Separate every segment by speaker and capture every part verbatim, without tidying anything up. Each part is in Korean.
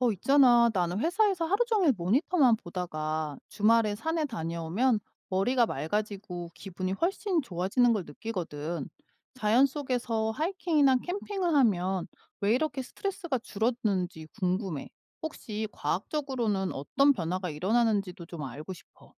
Speaker 1: 어, 있잖아. 나는 회사에서 하루 종일 모니터만 보다가 주말에 산에 다녀오면 머리가 맑아지고 기분이 훨씬 좋아지는 걸 느끼거든. 자연 속에서 하이킹이나 캠핑을 하면 왜 이렇게 스트레스가 줄었는지 궁금해. 혹시 과학적으로는 어떤 변화가 일어나는지도 좀 알고 싶어.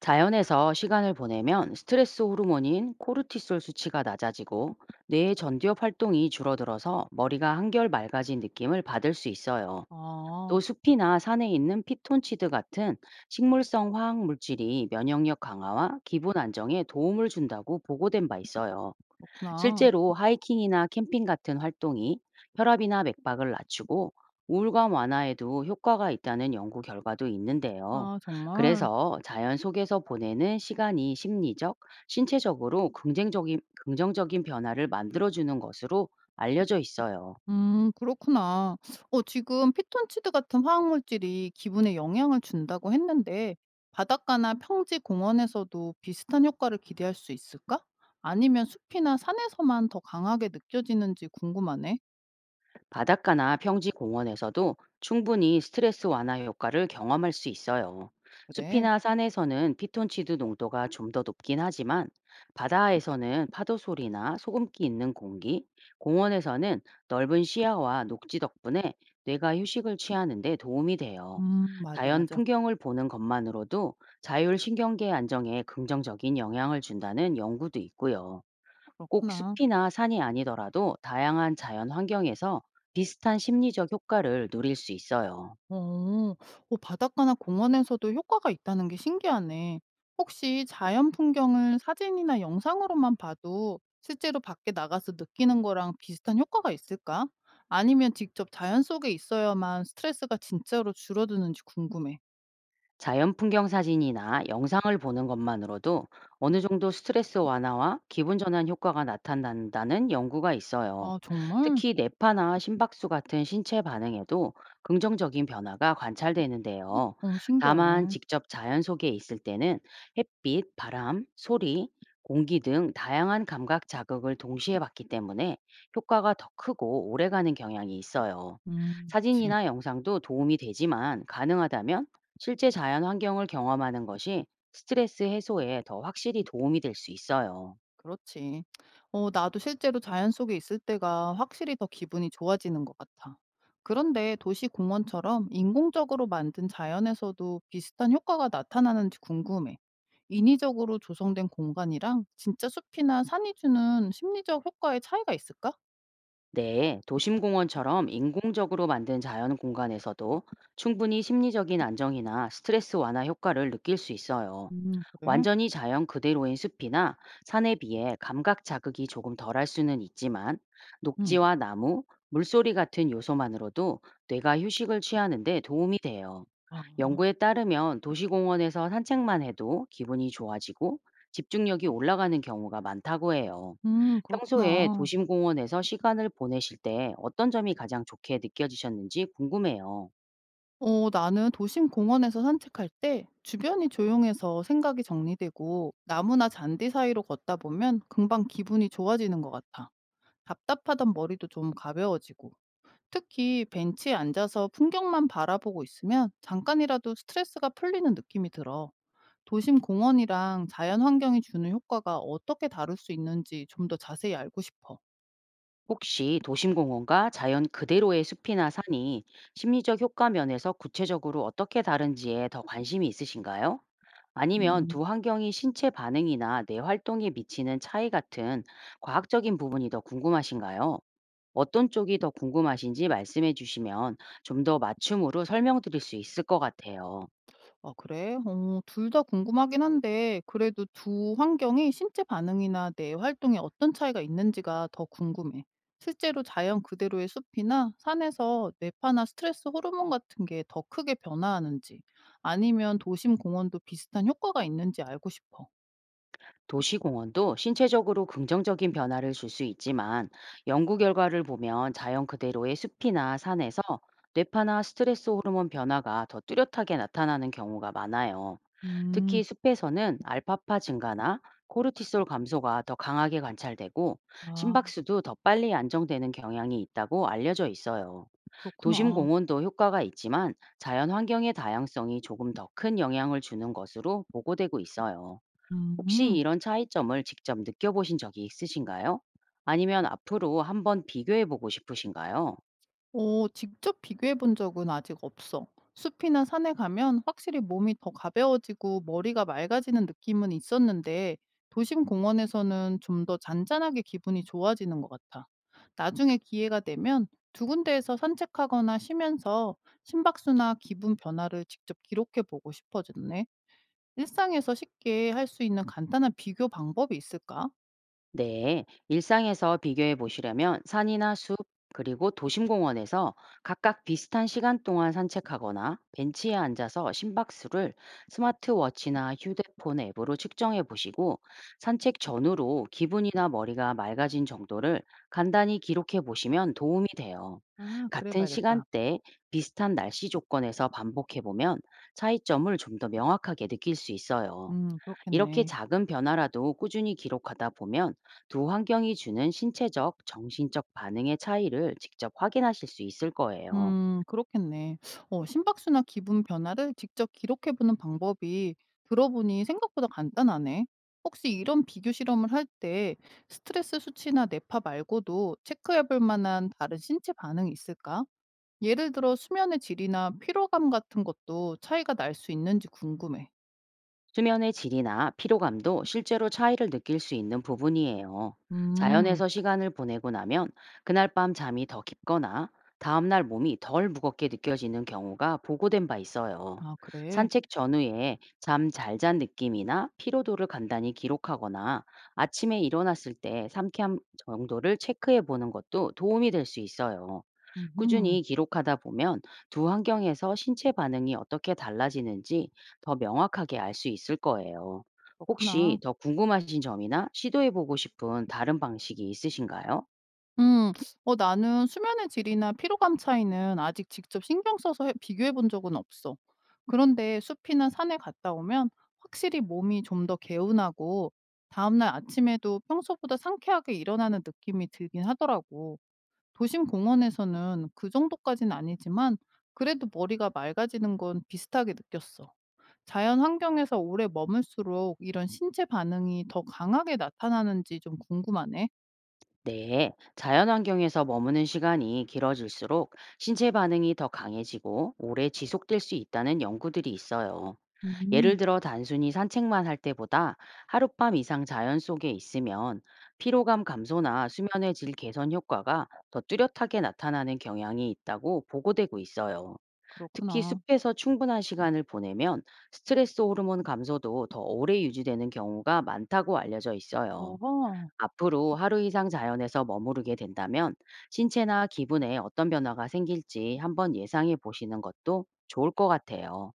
Speaker 2: 자연에서 시간을 보내면 스트레스 호르몬인 코르티솔 수치가 낮아지고 뇌의 전두엽 활동이 줄어들어서 머리가 한결 맑아진 느낌을 받을 수 있어요.
Speaker 1: 아,
Speaker 2: 또 숲이나 산에 있는 피톤치드 같은 식물성 화학 물질이 면역력 강화와 기분 안정에 도움을 준다고 보고된 바 있어요.
Speaker 1: 그렇구나.
Speaker 2: 실제로 하이킹이나 캠핑 같은 활동이 혈압이나 맥박을 낮추고 우울감 완화에도 효과가 있다는 연구 결과도 있는데요.
Speaker 1: 아, 정말.
Speaker 2: 그래서 자연 속에서 보내는 시간이 심리적, 신체적으로 긍정적인, 긍정적인 변화를 만들어주는 것으로 알려져 있어요.
Speaker 1: 음 그렇구나. 어 지금 피톤치드 같은 화학 물질이 기분에 영향을 준다고 했는데 바닷가나 평지 공원에서도 비슷한 효과를 기대할 수 있을까? 아니면 숲이나 산에서만 더 강하게 느껴지는지 궁금하네.
Speaker 2: 바닷가나 평지 공원에서도 충분히 스트레스 완화 효과를 경험할 수 있어요.
Speaker 1: 그래.
Speaker 2: 숲이나 산에서는 피톤치드 농도가 좀 더 높긴 하지만, 바다에서는 파도 소리나 소금기 있는 공기, 공원에서는 넓은 시야와 녹지 덕분에 뇌가 휴식을 취하는 데 도움이 돼요.
Speaker 1: 음 맞아,
Speaker 2: 자연
Speaker 1: 맞아.
Speaker 2: 풍경을 보는 것만으로도 자율 신경계 안정에 긍정적인 영향을 준다는 연구도 있고요. 꼭
Speaker 1: 그렇구나.
Speaker 2: 숲이나 산이 아니더라도 다양한 자연 환경에서 비슷한 심리적 효과를 누릴 수 있어요.
Speaker 1: 어, 어, 바닷가나 공원에서도 효과가 있다는 게 신기하네. 혹시 자연 풍경을 사진이나 영상으로만 봐도 실제로 밖에 나가서 느끼는 거랑 비슷한 효과가 있을까? 아니면 직접 자연 속에 있어야만 스트레스가 진짜로 줄어드는지 궁금해.
Speaker 2: 자연 풍경 사진이나 영상을 보는 것만으로도 어느 정도 스트레스 완화와 기분 전환 효과가 나타난다는 연구가 있어요.
Speaker 1: 아, 정말?
Speaker 2: 특히 뇌파나 심박수 같은 신체 반응에도 긍정적인 변화가 관찰되는데요.
Speaker 1: 어,
Speaker 2: 다만
Speaker 1: 신기하네.
Speaker 2: 직접 자연 속에 있을 때는 햇빛, 바람, 소리, 공기 등 다양한 감각 자극을 동시에 받기 때문에 효과가 더 크고 오래가는 경향이 있어요.
Speaker 1: 음, 그치.
Speaker 2: 사진이나 영상도 도움이 되지만, 가능하다면 실제 자연 환경을 경험하는 것이 스트레스 해소에 더 확실히 도움이 될 수 있어요.
Speaker 1: 그렇지. 어, 나도 실제로 자연 속에 있을 때가 확실히 더 기분이 좋아지는 것 같아. 그런데 도시 공원처럼 인공적으로 만든 자연에서도 비슷한 효과가 나타나는지 궁금해. 인위적으로 조성된 공간이랑 진짜 숲이나 산이 주는 심리적 효과의 차이가 있을까?
Speaker 2: 네, 도심공원처럼 인공적으로 만든 자연 공간에서도 충분히 심리적인 안정이나 스트레스 완화 효과를 느낄 수 있어요.
Speaker 1: 음, 그래.
Speaker 2: 완전히 자연 그대로인 숲이나 산에 비해 감각 자극이 조금 덜할 수는 있지만,
Speaker 1: 응.
Speaker 2: 녹지와 나무, 물소리 같은 요소만으로도 뇌가 휴식을 취하는데 도움이 돼요.
Speaker 1: 아,
Speaker 2: 연구에 따르면 도시공원에서 산책만 해도 기분이 좋아지고 집중력이 올라가는 경우가 많다고 해요.
Speaker 1: 음,
Speaker 2: 평소에
Speaker 1: 그렇구나.
Speaker 2: 도심 공원에서 시간을 보내실 때 어떤 점이 가장 좋게 느껴지셨는지 궁금해요.
Speaker 1: 어, 나는 도심 공원에서 산책할 때 주변이 조용해서 생각이 정리되고 나무나 잔디 사이로 걷다 보면 금방 기분이 좋아지는 것 같아. 답답하던 머리도 좀 가벼워지고. 특히 벤치에 앉아서 풍경만 바라보고 있으면 잠깐이라도 스트레스가 풀리는 느낌이 들어. 도심 공원이랑 자연 환경이 주는 효과가 어떻게 다를 수 있는지 좀 더 자세히 알고 싶어.
Speaker 2: 혹시 도심 공원과 자연 그대로의 숲이나 산이 심리적 효과 면에서 구체적으로 어떻게 다른지에 더 관심이 있으신가요? 아니면
Speaker 1: 음.
Speaker 2: 두 환경이 신체 반응이나 뇌 활동에 미치는 차이 같은 과학적인 부분이 더 궁금하신가요? 어떤 쪽이 더 궁금하신지 말씀해 주시면 좀 더 맞춤으로 설명드릴 수 있을 것 같아요.
Speaker 1: 아 그래? 어 둘 다 궁금하긴 한데 그래도 두 환경이 신체 반응이나 내 활동에 어떤 차이가 있는지가 더 궁금해. 실제로 자연 그대로의 숲이나 산에서 뇌파나 스트레스 호르몬 같은 게 더 크게 변화하는지 아니면 도심 공원도 비슷한 효과가 있는지 알고 싶어.
Speaker 2: 도시공원도 신체적으로 긍정적인 변화를 줄 수 있지만, 연구 결과를 보면 자연 그대로의 숲이나 산에서 뇌파나 스트레스 호르몬 변화가 더 뚜렷하게 나타나는 경우가 많아요.
Speaker 1: 음,
Speaker 2: 특히 숲에서는 알파파 증가나 코르티솔 감소가 더 강하게 관찰되고,
Speaker 1: 아,
Speaker 2: 심박수도 더 빨리 안정되는 경향이 있다고 알려져 있어요. 도심
Speaker 1: 그렇구나.
Speaker 2: 공원도 효과가 있지만, 자연 환경의 다양성이 조금 더 큰 영향을 주는 것으로 보고되고 있어요. 혹시
Speaker 1: 음.
Speaker 2: 이런 차이점을 직접 느껴보신 적이 있으신가요? 아니면 앞으로 한번 비교해 보고 싶으신가요?
Speaker 1: 어 직접 비교해 본 적은 아직 없어. 숲이나 산에 가면 확실히 몸이 더 가벼워지고 머리가 맑아지는 느낌은 있었는데 도심 공원에서는 좀 더 잔잔하게 기분이 좋아지는 것 같아. 나중에 기회가 되면 두 군데에서 산책하거나 쉬면서 심박수나 기분 변화를 직접 기록해 보고 싶어졌네. 일상에서 쉽게 할 수 있는 간단한 비교 방법이 있을까?
Speaker 2: 네, 일상에서 비교해 보시려면 산이나 숲, 그리고 도심공원에서 각각 비슷한 시간 동안 산책하거나 벤치에 앉아서 심박수를 스마트워치나 휴대폰 앱으로 측정해 보시고, 산책 전후로 기분이나 머리가 맑아진 정도를 간단히 기록해 보시면 도움이 돼요.
Speaker 1: 아 그래
Speaker 2: 같은
Speaker 1: 봐야겠다.
Speaker 2: 시간대 비슷한 날씨 조건에서 반복해 보면 차이점을 좀 더 명확하게 느낄 수 있어요.
Speaker 1: 음
Speaker 2: 이렇게
Speaker 1: 그렇겠네.
Speaker 2: 작은 변화라도 꾸준히 기록하다 보면 두 환경이 주는 신체적, 정신적 반응의 차이를 직접 확인하실 수 있을 거예요.
Speaker 1: 음 그렇겠네. 어 심박수나 기분 변화를 직접 기록해 보는 방법이 들어보니 생각보다 간단하네. 혹시 이런 비교 실험을 할 때 스트레스 수치나 뇌파 말고도 체크해 볼 만한 다른 신체 반응이 있을까? 예를 들어 수면의 질이나 피로감 같은 것도 차이가 날 수 있는지 궁금해.
Speaker 2: 수면의 질이나 피로감도 실제로 차이를 느낄 수 있는 부분이에요.
Speaker 1: 음.
Speaker 2: 자연에서 시간을 보내고 나면 그날 밤 잠이 더 깊거나 다음날 몸이 덜 무겁게 느껴지는 경우가 보고된 바 있어요.
Speaker 1: 아 그래?
Speaker 2: 산책 전후에 잠 잘 잔 느낌이나 피로도를 간단히 기록하거나, 아침에 일어났을 때 삼캠 정도를 체크해 보는 것도 도움이 될 수 있어요.
Speaker 1: 음
Speaker 2: 꾸준히 기록하다 보면 두 환경에서 신체 반응이 어떻게 달라지는지 더 명확하게 알 수 있을 거예요.
Speaker 1: 그렇구나.
Speaker 2: 혹시 더 궁금하신 점이나 시도해 보고 싶은 다른 방식이 있으신가요?
Speaker 1: 음. 어 나는 수면의 질이나 피로감 차이는 아직 직접 신경 써서 해 비교해 본 적은 없어. 그런데 숲이나 산에 갔다 오면 확실히 몸이 좀 더 개운하고 다음날 아침에도 평소보다 상쾌하게 일어나는 느낌이 들긴 하더라고. 도심 공원에서는 그 정도까진 아니지만 그래도 머리가 맑아지는 건 비슷하게 느꼈어. 자연 환경에서 오래 머물수록 이런 신체 반응이 더 강하게 나타나는지 좀 궁금하네.
Speaker 2: 네, 자연환경에서 머무는 시간이 길어질수록 신체 반응이 더 강해지고 오래 지속될 수 있다는 연구들이 있어요. 예를
Speaker 1: 음.
Speaker 2: 들어 단순히 산책만 할 때보다 하룻밤 이상 자연 속에 있으면 피로감 감소나 수면의 질 개선 효과가 더 뚜렷하게 나타나는 경향이 있다고 보고되고 있어요. 특히
Speaker 1: 그렇구나.
Speaker 2: 숲에서 충분한 시간을 보내면 스트레스 호르몬 감소도 더 오래 유지되는 경우가 많다고 알려져 있어요.
Speaker 1: 어
Speaker 2: 앞으로 하루 이상 자연에서 머무르게 된다면 신체나 기분에 어떤 변화가 생길지 한번 예상해 보시는 것도 좋을 것 같아요.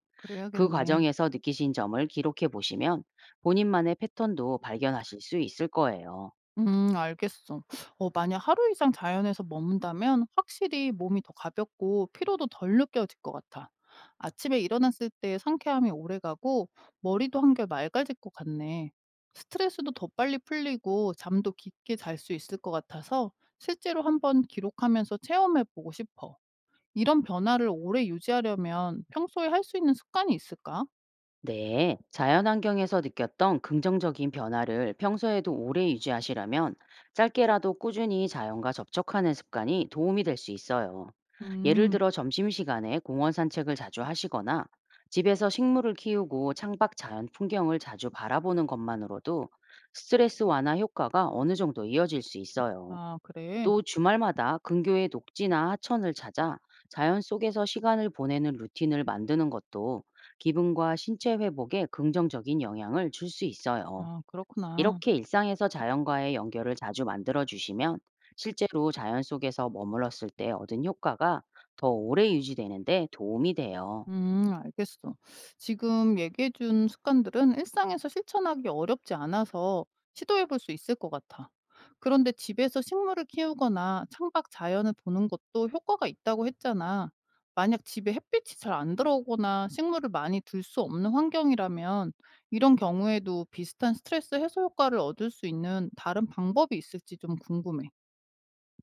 Speaker 2: 그
Speaker 1: 그래야겠네.
Speaker 2: 과정에서 느끼신 점을 기록해 보시면 본인만의 패턴도 발견하실 수 있을 거예요.
Speaker 1: 음 알겠어. 어 만약 하루 이상 자연에서 머문다면 확실히 몸이 더 가볍고 피로도 덜 느껴질 것 같아. 아침에 일어났을 때의 상쾌함이 오래가고 머리도 한결 맑아질 것 같네. 스트레스도 더 빨리 풀리고 잠도 깊게 잘 수 있을 것 같아서 실제로 한번 기록하면서 체험해 보고 싶어. 이런 변화를 오래 유지하려면 평소에 할 수 있는 습관이 있을까?
Speaker 2: 네, 자연환경에서 느꼈던 긍정적인 변화를 평소에도 오래 유지하시려면 짧게라도 꾸준히 자연과 접촉하는 습관이 도움이 될 수 있어요. 예를
Speaker 1: 음.
Speaker 2: 들어 점심시간에 공원 산책을 자주 하시거나 집에서 식물을 키우고 창밖 자연 풍경을 자주 바라보는 것만으로도 스트레스 완화 효과가 어느 정도 이어질 수 있어요.
Speaker 1: 아 그래.
Speaker 2: 또 주말마다 근교의 녹지나 하천을 찾아 자연 속에서 시간을 보내는 루틴을 만드는 것도 기분과 신체 회복에 긍정적인 영향을 줄 수 있어요.
Speaker 1: 아 그렇구나.
Speaker 2: 이렇게 일상에서 자연과의 연결을 자주 만들어 주시면 실제로 자연 속에서 머물렀을 때 얻은 효과가 더 오래 유지되는데 도움이 돼요.
Speaker 1: 음, 알겠어. 지금 얘기해 준 습관들은 일상에서 실천하기 어렵지 않아서 시도해 볼 수 있을 것 같아. 그런데 집에서 식물을 키우거나 창밖 자연을 보는 것도 효과가 있다고 했잖아. 만약 집에 햇빛이 잘 안 들어오거나 식물을 많이 둘 수 없는 환경이라면 이런 경우에도 비슷한 스트레스 해소 효과를 얻을 수 있는 다른 방법이 있을지 좀 궁금해.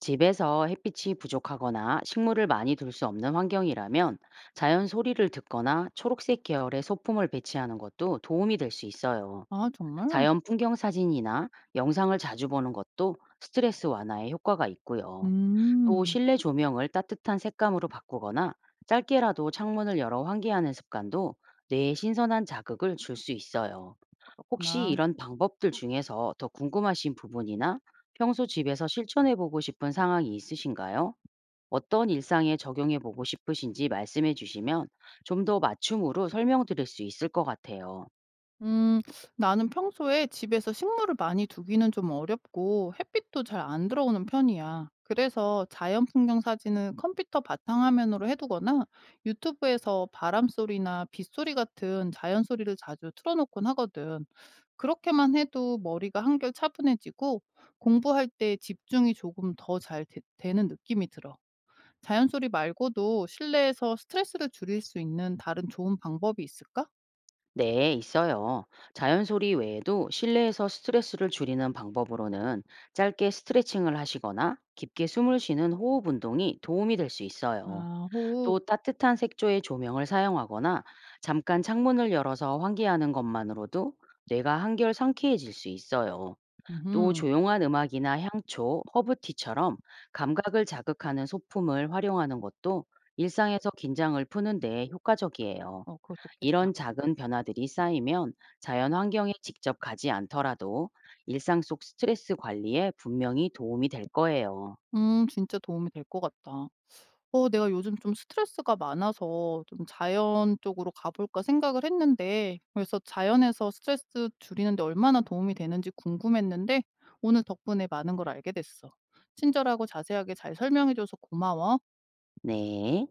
Speaker 2: 집에서 햇빛이 부족하거나 식물을 많이 둘 수 없는 환경이라면 자연 소리를 듣거나 초록색 계열의 소품을 배치하는 것도 도움이 될 수 있어요.
Speaker 1: 아, 정말?
Speaker 2: 자연 풍경 사진이나 영상을 자주 보는 것도 스트레스 완화에 효과가 있고요. 또
Speaker 1: 음,
Speaker 2: 실내 조명을 따뜻한 색감으로 바꾸거나 짧게라도 창문을 열어 환기하는 습관도 뇌에 신선한 자극을 줄 수 있어요. 혹시
Speaker 1: 그렇구나.
Speaker 2: 이런 방법들 중에서 더 궁금하신 부분이나 평소 집에서 실천해보고 싶은 상황이 있으신가요? 어떤 일상에 적용해보고 싶으신지 말씀해 주시면 좀 더 맞춤으로 설명드릴 수 있을 것 같아요.
Speaker 1: 음, 나는 평소에 집에서 식물을 많이 두기는 좀 어렵고 햇빛도 잘 안 들어오는 편이야. 그래서 자연 풍경 사진은 컴퓨터 바탕화면으로 해두거나 유튜브에서 바람 소리나 빗소리 같은 자연 소리를 자주 틀어놓곤 하거든. 그렇게만 해도 머리가 한결 차분해지고 공부할 때 집중이 조금 더 잘 되는 느낌이 들어. 자연 소리 말고도 실내에서 스트레스를 줄일 수 있는 다른 좋은 방법이 있을까?
Speaker 2: 네, 있어요. 자연 소리 외에도 실내에서 스트레스를 줄이는 방법으로는 짧게 스트레칭을 하시거나 깊게 숨을 쉬는 호흡 운동이 도움이 될 수 있어요.
Speaker 1: 아, 호흡.
Speaker 2: 또 따뜻한 색조의 조명을 사용하거나 잠깐 창문을 열어서 환기하는 것만으로도 뇌가 한결 상쾌해질 수 있어요. 또
Speaker 1: 음.
Speaker 2: 조용한 음악이나 향초, 허브티처럼 감각을 자극하는 소품을 활용하는 것도 일상에서 긴장을 푸는 데 효과적이에요.
Speaker 1: 어 그거 좋겠다.
Speaker 2: 이런 작은 변화들이 쌓이면 자연 환경에 직접 가지 않더라도 일상 속 스트레스 관리에 분명히 도움이 될 거예요.
Speaker 1: 음 진짜 도움이 될 것 같다. 어 내가 요즘 좀 스트레스가 많아서 좀 자연 쪽으로 가 볼까 생각을 했는데 그래서 자연에서 스트레스 줄이는 데 얼마나 도움이 되는지 궁금했는데 오늘 덕분에 많은 걸 알게 됐어. 친절하고 자세하게 잘 설명해 줘서 고마워.
Speaker 2: 네.